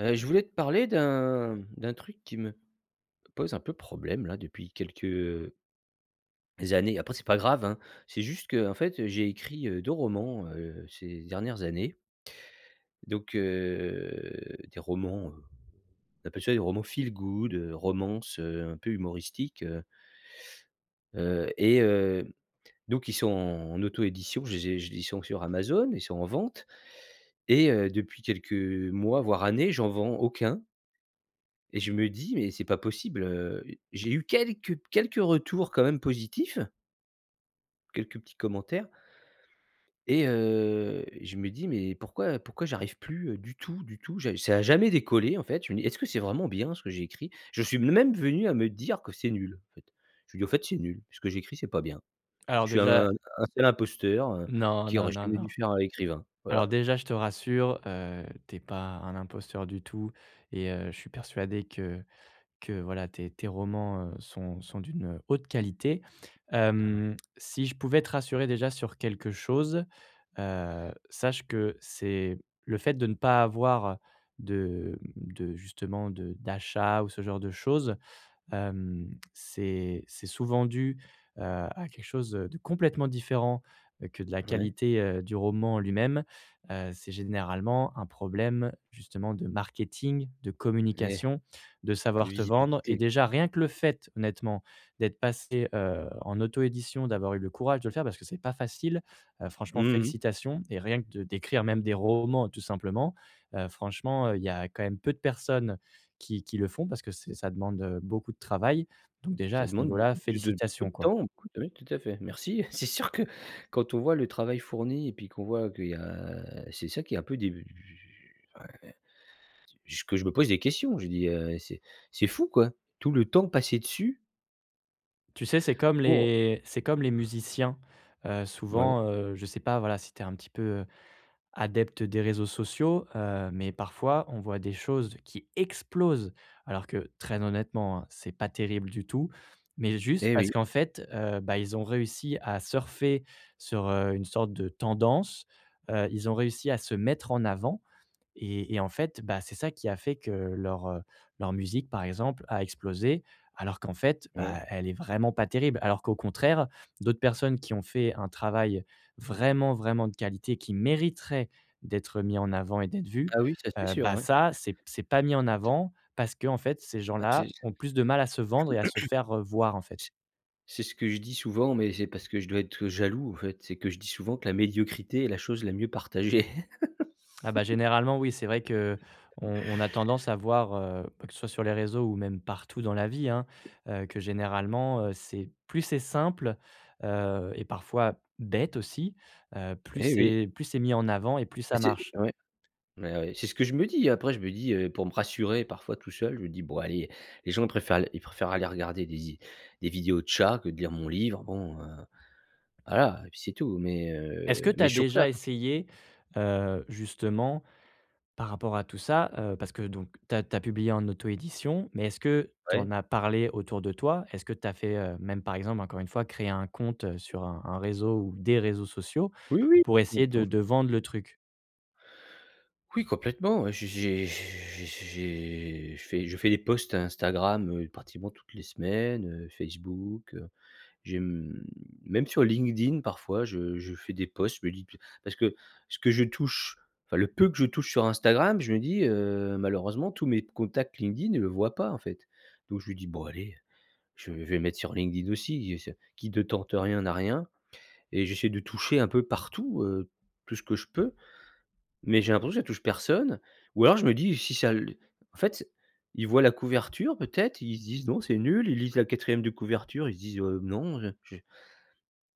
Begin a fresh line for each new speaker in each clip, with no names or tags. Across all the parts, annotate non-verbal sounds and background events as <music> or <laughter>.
Je voulais te parler d'un truc qui me pose un peu problème là depuis quelques années. Après c'est pas grave, hein. C'est juste que en fait, j'ai écrit, 2 romans, ces dernières années. Donc, heu, des romans, on appelle ça des romans feel good, romances, un peu humoristiques, et donc ils sont en auto-édition. Je les ai je les Ils sont sur Amazon, ils sont en vente et depuis quelques mois, voire années, j'en vends aucun. Et je me dis: «Mais c'est pas possible», j'ai eu quelques retours quand même positifs, quelques petits commentaires et je me dis: «Mais pourquoi j'arrive plus, du tout, du tout?» J'ai Ça a jamais décollé en fait. Je me dis: «Est-ce que c'est vraiment bien ce que j'ai écrit?» Je suis même venu à me dire que c'est nul en fait. Je me dis: au fait, c'est nul, ce que j'écris, c'est pas bien.
Alors
Je suis un
déjà
un sale imposteur,
non,
qui
non,
aurait
non,
jamais dû
non.
faire, écrivain». Voilà.
Alors déjà, je te rassure, tu pas un imposteur du tout et je suis persuadé que voilà, tes romans, sont d'une haute qualité. Si je pouvais te rassurer déjà sur quelque chose, sache que c'est le fait de ne pas avoir de justement de d'achat ou ce genre de choses. C'est souvent dû, à quelque chose, de complètement différent, que de la
Ouais,
qualité, du roman en lui-même. C'est généralement un problème justement de marketing, de
et
communication, de
de
savoir te vendre. Et
visibilité.
déjà rien que le fait honnêtement d'être passé, en auto-édition, d'avoir eu le courage de le faire parce que c'est pas facile, franchement
Mmh.
félicitations. Et rien que de d'écrire même des romans tout simplement, franchement, il y a quand même peu de personnes qui le font parce que c'est ça demande, beaucoup de travail. Donc déjà à
Ça
ce
demande
niveau-là,
beaucoup
félicitations,
de
quoi.
temps, beaucoup de oui, tout à fait. Merci. <laughs> C'est sûr que quand on voit le travail fourni et puis qu'on voit qu'il y a c'est ça qui est un peu des enfin, j que je me pose des questions. Je dis: «C'est fou quoi, tout le temps passé dessus
Tu sais,
pour».
c'est comme les musiciens,
Ouais,
souvent, je sais pas, voilà, si tu es un petit peu, adepte des réseaux sociaux, mais parfois on voit des choses qui explosent alors que très honnêtement, hein, c'est pas terrible du tout, mais juste
eh
parce
oui,
qu'en fait, bah, ils ont réussi à surfer sur, une sorte de tendance, ils ont réussi à se mettre en avant. Et en fait, bah, c'est ça qui a fait que leur, leur musique, par exemple, a explosé, alors qu'en fait,
ouais.
bah, elle est vraiment pas terrible. Alors qu'au contraire, d'autres personnes qui ont fait un travail vraiment, vraiment de qualité, qui mériterait d'être mis en avant et d'être vues,
Ah oui, ça c'est sûr,
bah,
ouais.
ça, c'est pas mis en
C'est
avant parce que en fait, ces
bah,
gens-là ont plus de mal à se vendre et à se faire, voir, en fait.
c'est c'est ce que je dis souvent, mais c'est parce que je dois être jaloux en fait. C'est que je dis souvent que la médiocrité est la chose la mieux partagée. <laughs>
Ah bah, généralement, oui, c'est vrai que on a tendance à voir, que ce soit sur les réseaux ou même partout dans la vie, hein, que généralement, c'est simple, et parfois bête aussi,
Eh oui,
plus c'est mis en avant et plus ça
c'est
marche.
ouais. Ouais, ouais, c'est ce que je me dis. Après, je me dis, pour me rassurer parfois tout seul, je me dis: «Bon allez, les gens ils préfèrent aller regarder des vidéos de chats que de lire mon livre». Bon, voilà et puis c'est tout. Mais,
Est-ce que
heu,
tu
mais
as
je suis content,
déjà essayé, justement, par rapport à tout ça, parce que donc tu as publié en auto-édition, mais est-ce que tu
ouais.
en as parlé autour de toi? Est-ce que tu as fait, même par exemple, encore une fois, créer un compte, sur un réseau ou des réseaux sociaux?
Oui, oui.
Pour
Bon,
essayer
bon.
de vendre le truc.
Oui, complètement, ouais. J'ai je fais des posts Instagram, pratiquement toutes les semaines, Facebook. J'ai, mmh, Même sur LinkedIn parfois, je fais des posts, je me dis, parce que ce que je touche, enfin le peu que je touche sur Instagram, je me dis, malheureusement tous mes contacts LinkedIn ne le voient pas, en fait. Donc je me dis: «Bon allez, je vais mettre sur LinkedIn aussi, qui ne tente rien n'a rien», et j'essaie de toucher un peu partout, tout ce que je peux, mais j'ai l'impression que ça touche personne, ou alors je me dis si ça l en fait, ils voient la couverture peut-être, ils se disent: «Non, c'est nul», ils lisent la quatrième de couverture, ils se disent: Non, je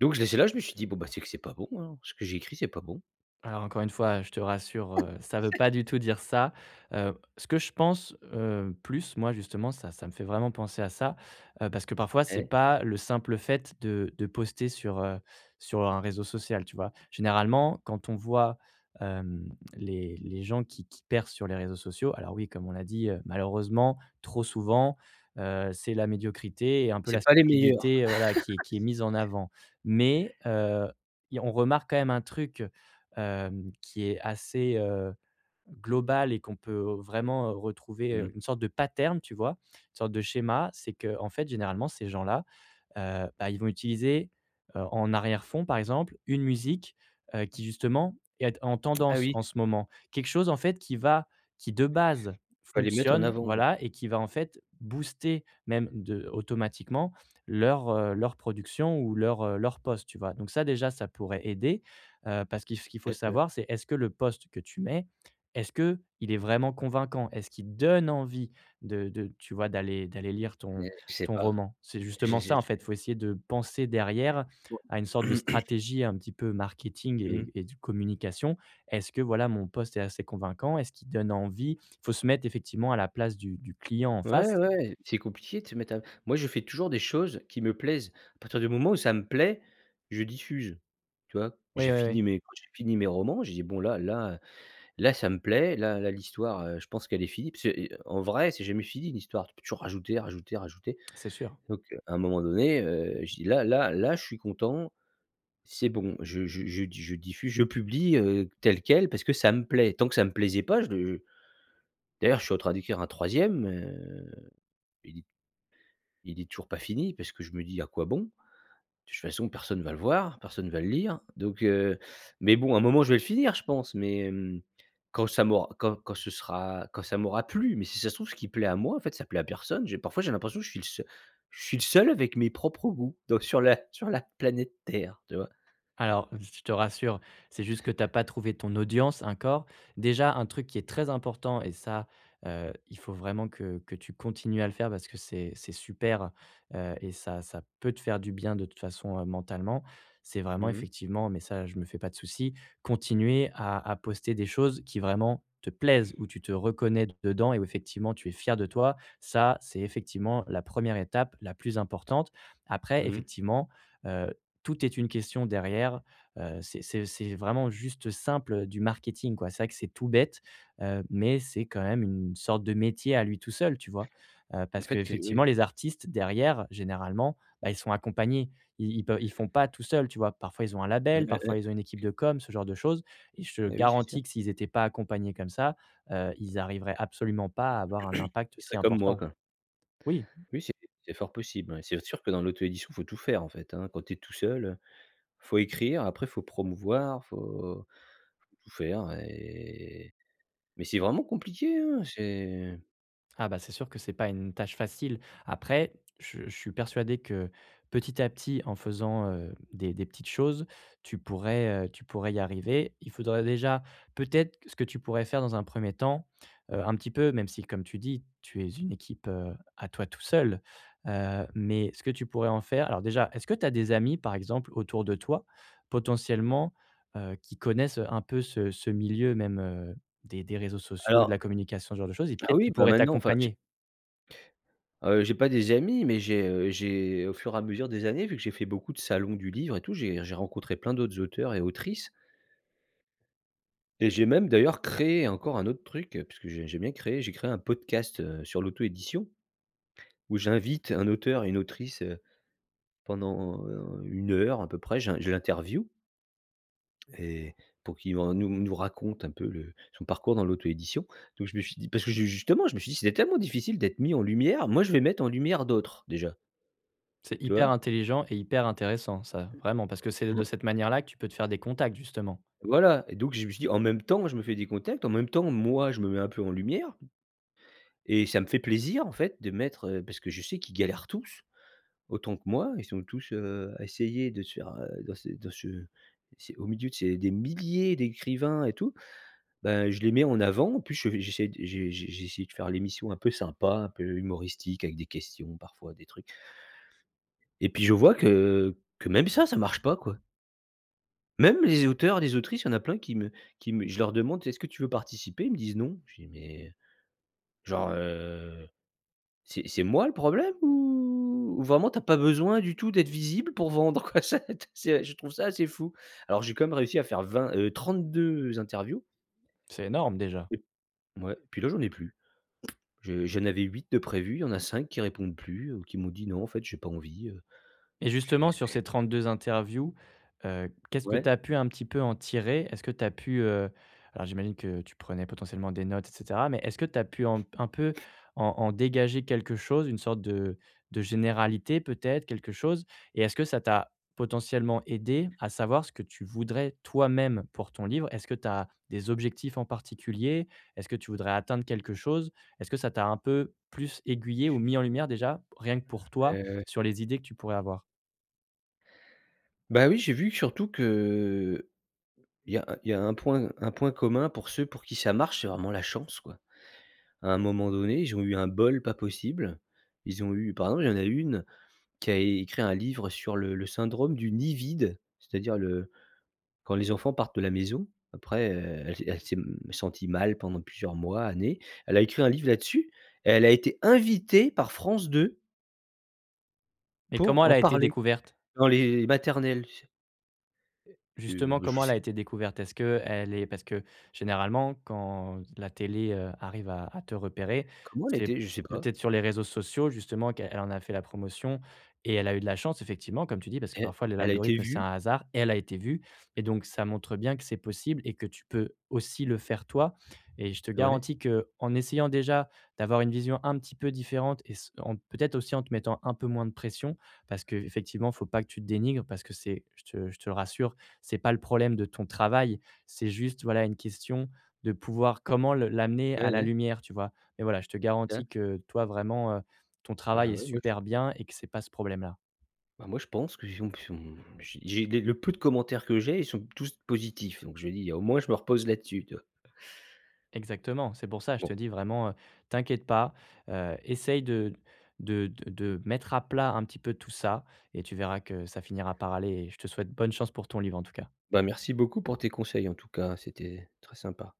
donc je laissais là», je me suis dit: «Bon, bah, c'est que c'est pas bon, hein, ce que j'ai écrit, c'est pas bon.
Alors encore une fois, je te rassure, ça veut pas du tout dire ça. Ce que je pense, plus moi justement, ça me fait vraiment penser à ça, parce que parfois c'est
Eh,
pas le simple fait de poster sur, sur un réseau social, tu vois? Généralement, quand on voit, hem, les gens qui percent sur les réseaux sociaux, alors oui, comme on l'a dit, malheureusement, trop souvent, c'est la médiocrité et un peu
c'est
la
pas les meilleurs».
stupidité, voilà, qui est mise en avant. Mais, y on remarque quand même un truc, qui est assez, global, et qu'on peut vraiment retrouver,
Mmh.
une sorte de pattern, tu vois? Une sorte de schéma. C'est que en fait, généralement, ces gens-là, bah, ils vont utiliser, en arrière-fond, par exemple, une musique, qui justement est en
Ah
tendance
oui,
en ce moment. Quelque chose, en fait, qui de base
faut les mettre en
fonctionne,
avant peut-être,
voilà, et qui va, en fait, booster même de automatiquement leur, leur production ou leur, leur post, tu vois? Donc ça, déjà, ça pourrait aider, parce qu'il ce qu'il faut
ouais,
savoir, c'est est-ce que le post que tu mets est-ce que il est vraiment convaincant? Est-ce qu'il donne envie de tu vois, d'aller lire
mais je sais
ton
pas.
roman? C'est justement ça, en fait,
J'ai
faut essayer de penser derrière à une sorte de
Ouais. <clears throat>
stratégie un petit peu marketing
Mmh.
et de communication. Est-ce que, voilà, mon post est assez convaincant? Est-ce qu'il donne envie? Faut se mettre effectivement à la place du client en
Ouais,
face.
ouais, c'est compliqué de se mettre à moi, je fais toujours des choses qui me plaisent. À partir du moment où ça me plaît, je diffuse, tu vois?
Oui,
J'ai
oui, oui,
fini mes Quand j'ai fini mes romans, j'ai dit: «Bon là là, là ça me plaît, là là l'histoire, je pense qu'elle est finie». Parce que, en vrai, c'est jamais fini une histoire, tu peux toujours rajouter, rajouter, rajouter.
c'est sûr.
Donc, à un moment donné, je dis: «Là là là, je suis content, c'est bon, je diffuse, je publie, tel quel parce que ça me plaît». Tant que ça me plaisait pas, je le d'ailleurs, je suis en train d'écrire un troisième. E Il est toujours pas fini parce que je me dis: «À quoi bon? De toute façon, personne va le voir, personne va le lire». Donc mais bon, à un moment, je vais le finir, je pense, mais quand ça m'aura quand quand ce sera quand ça m'aura plu. Mais si ça se trouve, ce qui plaît à moi, en fait, ça plaît à personne. J'ai l'impression que je suis le seul avec mes propres goûts dans sur la <laughs> sur la planète Terre, tu vois?
Alors, je te rassure, c'est juste que tu as pas trouvé ton audience encore. Déjà, un truc qui est très important, et ça, il faut vraiment que tu continues à le faire parce que c'est super, et ça peut te faire du bien de toute façon, mentalement. C'est
Mmh
vraiment
mh.
effectivement, mais ça je me fais pas de souci, continuer à poster des choses qui vraiment te plaisent, où tu te reconnais dedans et où effectivement tu es fier de toi. Ça, c'est effectivement la première étape la plus importante. Après
Mmh.
effectivement, heu tout est une question derrière, c'est vraiment juste simple, du marketing, quoi. C'est vrai que c'est tout bête, mais c'est quand même une sorte de métier à lui tout seul, tu vois?
En
Parce que
fait, que oui.
effectivement, les artistes derrière, généralement, bah, ils sont accompagnés. Ils font pas tout seuls, tu vois? Parfois, ils ont un
Heu,
label,
heu, heu,
parfois ils ont une équipe
que
de com, ce genre de choses, et je te
eh oui, c'est sûr.
garantis que s'ils étaient pas accompagnés comme ça, ils arriveraient absolument pas à avoir
<clears throat>
un impact
Il
si
serait comme moi,
important.
quoi.
Oui.
Oui, c'est fort possible, ouais. C'est sûr que dans l'auto-édition, faut tout faire, en fait, hein. Quand tu es tout seul, faut écrire, après faut promouvoir, faut tout faire, et c'est vraiment compliqué, hein. j'ai
Ah bah, c'est sûr que c'est pas une tâche facile. Après, je suis persuadé que petit à petit, en faisant, des petites choses, tu pourrais y arriver. Il faudrait déjà peut-être, ce que tu pourrais faire dans un premier temps, un petit peu, même si comme tu dis, tu es une équipe, à toi tout seul, mais ce que tu pourrais en faire, alors déjà, est-ce que tu as des amis, par exemple, autour de toi, potentiellement, qui connaissent un peu ce milieu même, des réseaux sociaux, de la
alors
communication, ce genre de choses, et
ah
peut-être
oui,
qu'il
bah,
pourrait
maintenant, enfin,
t'accompagner.
j'ai pas des amis, mais j'ai, au fur et à mesure des années, vu que j'ai fait beaucoup de salons du livre et tout, j'ai rencontré plein d'autres auteurs et autrices, et j'ai même d'ailleurs créé encore un autre truc, parce que j'aime bien créer. J'ai créé un podcast, sur l'auto-édition, où j'invite un auteur et une autrice, pendant, 1 heure à peu près. J'in Je l'interview Et pour qu'il en nous raconte un peu le son parcours dans l'auto-édition. Donc je me suis dit, parce que ju justement, je me suis dit: «C'était tellement difficile d'être mis en lumière, moi je vais mettre en lumière d'autres déjà»,
C'est
tu
hyper
vois?
intelligent et hyper intéressant ça, vraiment, parce que c'est de
Mmh,
cette manière-là que tu peux te faire des contacts justement.
voilà. Et donc je me suis dit: «En même temps, je me fais des contacts, en même temps, moi, je me mets un peu en lumière», et ça me fait plaisir en fait de mettre, parce que je sais qu'ils galèrent tous autant que moi. Ils sont tous, à essayer de se faire, dans ce c'est au milieu de ces des milliers d'écrivains et tout. Ben, je les mets en avant. En plus, je j'essaie de j'ai essayé de faire l'émission un peu sympa, un peu humoristique, avec des questions parfois, des trucs, et puis je vois que même ça, ça marche pas, quoi. Même les auteurs, les autrices, il y en a plein qui me je leur demande: «Est-ce que tu veux participer?» Ils me disent: «Non». Je dis: «Mais genre, c'est moi le problème, ou vraiment t'as pas besoin du tout d'être visible pour vendre, quoi?» <laughs> C'est Je trouve ça assez fou. Alors j'ai quand même réussi à faire 20 32 interviews,
C'est énorme déjà.
et ouais, puis là, j'en ai plus. Je J'en avais 8 de prévus, il y en a 5 qui répondent plus, qui m'ont dit: «Non, en fait, j'ai pas envie».
Et
J'ai
justement, sur ces 32 interviews, qu'est-ce que tu
ouais,
as pu un petit peu en tirer? Est-ce que tu as pu, alors j'imagine que tu prenais potentiellement des notes et cetera, mais est-ce que tu as pu en un peu en dégager quelque chose, une sorte de généralité peut-être, quelque chose? Et est-ce que ça t'a potentiellement aidé à savoir ce que tu voudrais toi-même pour ton livre? Est-ce que tu as des objectifs en particulier? Est-ce que tu voudrais atteindre quelque chose? Est-ce que ça t'a un peu plus aiguillé ou mis en lumière déjà, rien que pour toi,
heu,
sur les idées que tu pourrais avoir?
oui, j'ai vu surtout que il y a un point commun pour ceux pour qui ça marche: c'est vraiment la chance, quoi. À un moment donné, ils ont eu un bol pas possible. Ils ont eu par exemple, il y en a une qui a écrit un livre sur le syndrome du nid vide, c'est-à-dire le quand les enfants partent de la maison, après, elle s'est, mmh, sentie mal pendant plusieurs mois, années. Elle a écrit un livre là-dessus et elle a été invitée par France 2
Mais comment
pour
elle
en
a été
parler
découverte?
dans les maternelles.
Justement,
Je
comment elle a
sais
été découverte? Est-ce que elle est parce que généralement quand la télé, arrive à te repérer,
comment elle a
c'est
été? Je sais pas.
peut-être sur les réseaux sociaux justement qu'elle en a fait la promotion, et elle a eu de la chance effectivement comme tu dis parce que
E
parfois
Elle a été
l'algorithme c'est
vue,
un hasard, elle a été vue, et donc ça montre bien que c'est possible et que tu peux aussi le faire toi, et je te
ouais,
garantis que en essayant déjà d'avoir une vision un petit peu différente et s en peut-être aussi en te mettant un peu moins de pression, parce qu'effectivement, il ne faut pas que tu te dénigres parce que c'est, je te le rassure, c'est pas le problème de ton travail, c'est juste, voilà, une question de pouvoir comment le l'amener
ouais,
à la
ouais,
lumière, tu vois? Mais voilà, je te
c'est ça.
garantis que toi vraiment, ton travail
Bah,
est
ouais,
super bien et que c'est pas ce problème-là.
moi je pense que si on si on j'ai les le peu de commentaires que j'ai, ils sont tous positifs, donc je me dis: «Au moins je me repose là-dessus», tu vois?
Exactement, c'est pour ça, je
Bon,
te dis vraiment, t'inquiète pas, essaye de mettre à plat un petit peu tout ça, et tu verras que ça finira par aller, et je te souhaite bonne chance pour ton livre en tout cas.
bah, merci beaucoup pour tes conseils en tout cas, c'était très sympa.